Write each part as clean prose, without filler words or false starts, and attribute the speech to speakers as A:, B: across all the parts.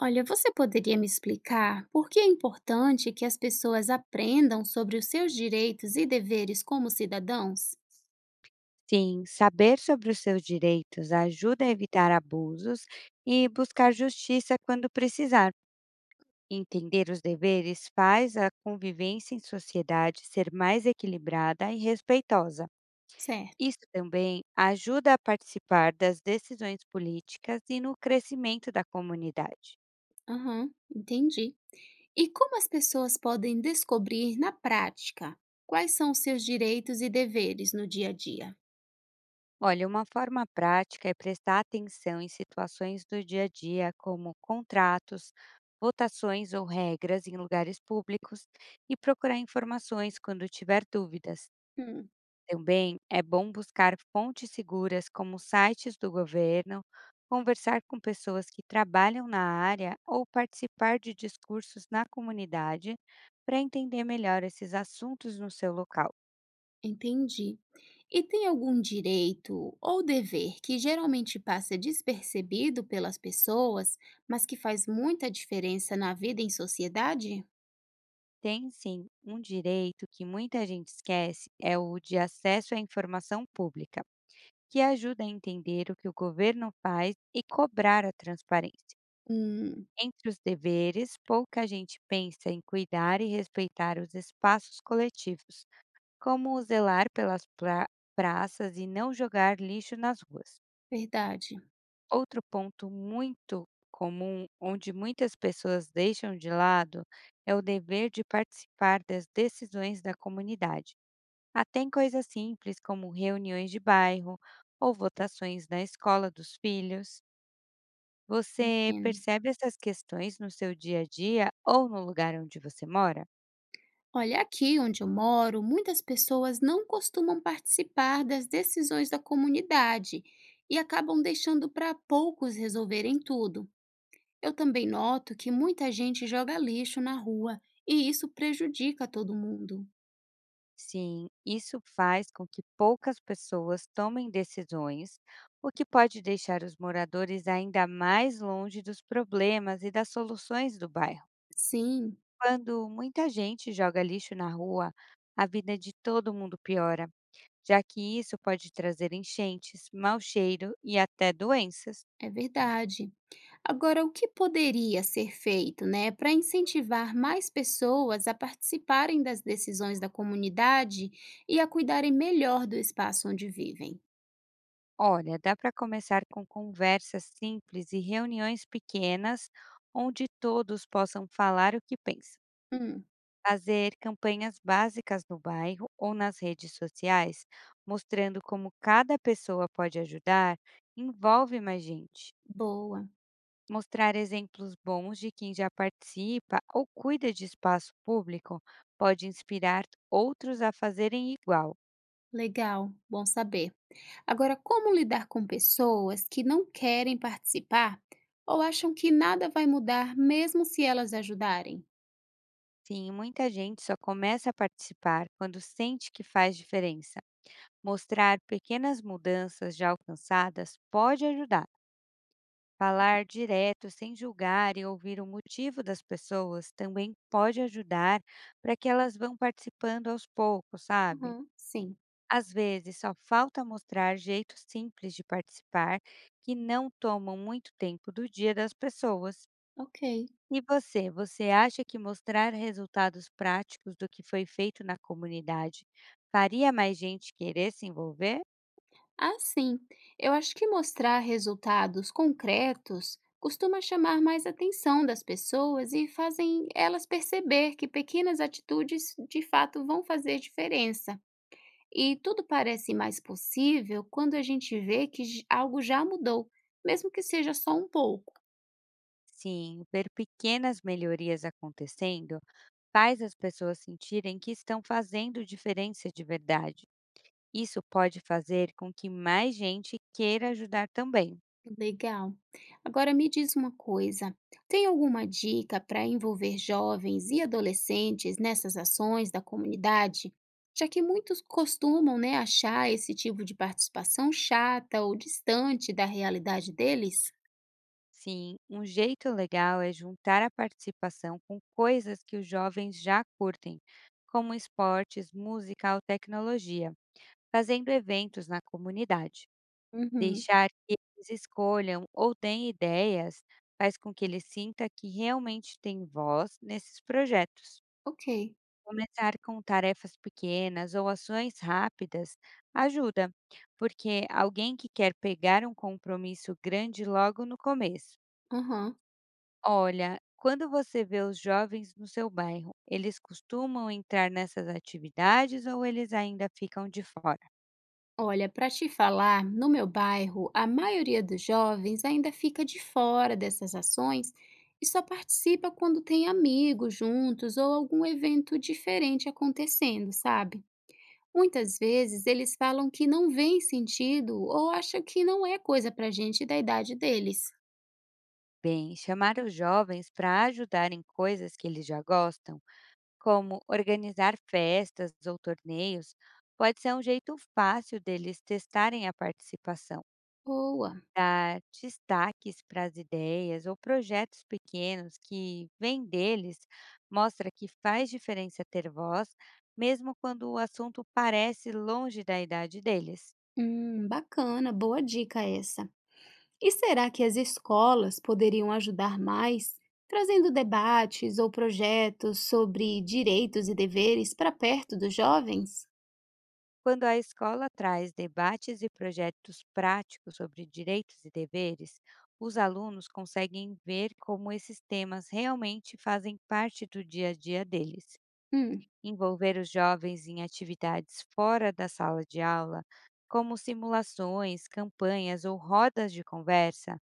A: Olha, você poderia me explicar por que é importante que as pessoas aprendam sobre os seus direitos e deveres como cidadãos?
B: Sim, saber sobre os seus direitos ajuda a evitar abusos e buscar justiça quando precisar. Entender os deveres faz a convivência em sociedade ser mais equilibrada e respeitosa.
A: Certo.
B: Isso também ajuda a participar das decisões políticas e no crescimento da comunidade.
A: Aham, entendi. E como as pessoas podem descobrir na prática quais são os seus direitos e deveres no dia a dia?
B: Olha, uma forma prática é prestar atenção em situações do dia a dia, como contratos, votações ou regras em lugares públicos, e procurar informações quando tiver dúvidas.
A: Hum,
B: Também é bom buscar fontes seguras, como sites do governo, conversar com pessoas que trabalham na área ou participar de discursos na comunidade para entender melhor esses assuntos no seu local.
A: entendi. E tem algum direito ou dever que geralmente passa despercebido pelas pessoas, mas que faz muita diferença na vida em sociedade?
B: Tem sim, um direito que muita gente esquece é o de acesso à informação pública, que ajuda a entender o que o governo faz e cobrar a transparência.
A: Hum,
B: Entre os deveres, pouca gente pensa em cuidar e respeitar os espaços coletivos, como o zelar praças e não jogar lixo nas ruas.
A: verdade.
B: Outro ponto muito comum, onde muitas pessoas deixam de lado, é o dever de participar das decisões da comunidade. Até em coisas simples como reuniões de bairro ou votações na escola dos filhos. Você
A: Entendo.
B: percebe essas questões no seu dia a dia ou no lugar onde você mora?
A: Olha, aqui onde eu moro, muitas pessoas não costumam participar das decisões da comunidade e acabam deixando para poucos resolverem tudo. Eu também noto que muita gente joga lixo na rua e isso prejudica todo mundo.
B: Sim, isso faz com que poucas pessoas tomem decisões, o que pode deixar os moradores ainda mais longe dos problemas e das soluções do bairro.
A: Sim,
B: Quando muita gente joga lixo na rua, a vida de todo mundo piora, já que isso pode trazer enchentes, mau cheiro e até doenças.
A: é verdade. Agora, o que poderia ser feito, né, para incentivar mais pessoas a participarem das decisões da comunidade e a cuidarem melhor do espaço onde vivem?
B: Olha, dá para começar com conversas simples e reuniões pequenas, onde todos possam falar o que pensam.
A: Hum,
B: Fazer campanhas básicas no bairro ou nas redes sociais, mostrando como cada pessoa pode ajudar, envolve mais gente.
A: boa.
B: Mostrar exemplos bons de quem já participa ou cuida de espaço público pode inspirar outros a fazerem igual.
A: Legal, bom saber. Agora, como lidar com pessoas que não querem participar ou acham que nada vai mudar mesmo se elas ajudarem?
B: Sim, muita gente só começa a participar quando sente que faz diferença. Mostrar pequenas mudanças já alcançadas pode ajudar. Falar direto, sem julgar e ouvir o motivo das pessoas também pode ajudar para que elas vão participando aos poucos, sabe?
A: Uhum, sim,
B: Às vezes só falta mostrar jeitos simples de participar que não tomam muito tempo do dia das pessoas.
A: ok.
B: E você, você acha que mostrar resultados práticos do que foi feito na comunidade faria mais gente querer se envolver?
A: Ah, sim. Eu acho que mostrar resultados concretos costuma chamar mais atenção das pessoas e fazem elas perceber que pequenas atitudes de fato vão fazer diferença. E tudo parece mais possível quando a gente vê que algo já mudou, mesmo que seja só um pouco.
B: Sim, ver pequenas melhorias acontecendo faz as pessoas sentirem que estão fazendo diferença de verdade. Isso pode fazer com que mais gente queira ajudar também.
A: Legal. Agora me diz uma coisa: tem alguma dica para envolver jovens e adolescentes nessas ações da comunidade? Já que muitos costumam, né, achar esse tipo de participação chata ou distante da realidade deles?
B: Sim, um jeito legal é juntar a participação com coisas que os jovens já curtem, como esportes, música ou tecnologia, fazendo eventos na comunidade.
A: Uhum,
B: Deixar que eles escolham ou deem ideias faz com que ele sinta que realmente tem voz nesses projetos.
A: ok.
B: Começar com tarefas pequenas ou ações rápidas ajuda, porque alguém que quer pegar um compromisso grande logo no começo.
A: Aham.
B: Olha, quando você vê os jovens no seu bairro, eles costumam entrar nessas atividades ou eles ainda ficam de fora?
A: Olha, para te falar, no meu bairro, a maioria dos jovens ainda fica de fora dessas ações e só participa quando tem amigos juntos ou algum evento diferente acontecendo, sabe? Muitas vezes eles falam que não vêem sentido ou acham que não é coisa para gente da idade deles.
B: Bem, chamar os jovens para ajudar em coisas que eles já gostam, como organizar festas ou torneios, pode ser um jeito fácil deles testarem a participação.
A: Boa,
B: Dar destaques para as ideias ou projetos pequenos que vêm deles mostra que faz diferença ter voz, mesmo quando o assunto parece longe da idade deles.
A: bacana, boa dica essa. E será que as escolas poderiam ajudar mais, trazendo debates ou projetos sobre direitos e deveres para perto dos jovens?
B: Quando a escola traz debates e projetos práticos sobre direitos e deveres, os alunos conseguem ver como esses temas realmente fazem parte do dia a dia deles.
A: Hum,
B: Envolver os jovens em atividades fora da sala de aula, como simulações, campanhas ou rodas de conversa,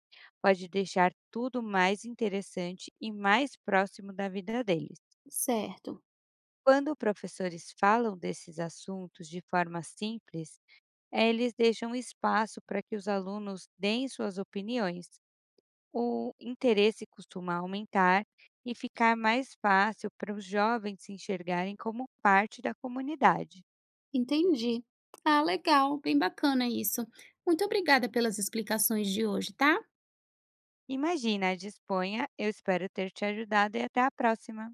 B: pode deixar tudo mais interessante e mais próximo da vida deles.
A: certo,
B: Quando professores falam desses assuntos de forma simples, eles deixam espaço para que os alunos deem suas opiniões. O interesse costuma aumentar e ficar mais fácil para os jovens se enxergarem como parte da comunidade.
A: entendi. Ah, legal, bem bacana isso. Muito obrigada pelas explicações de hoje, tá?
B: Imagina, disponha, eu espero ter te ajudado e até a próxima!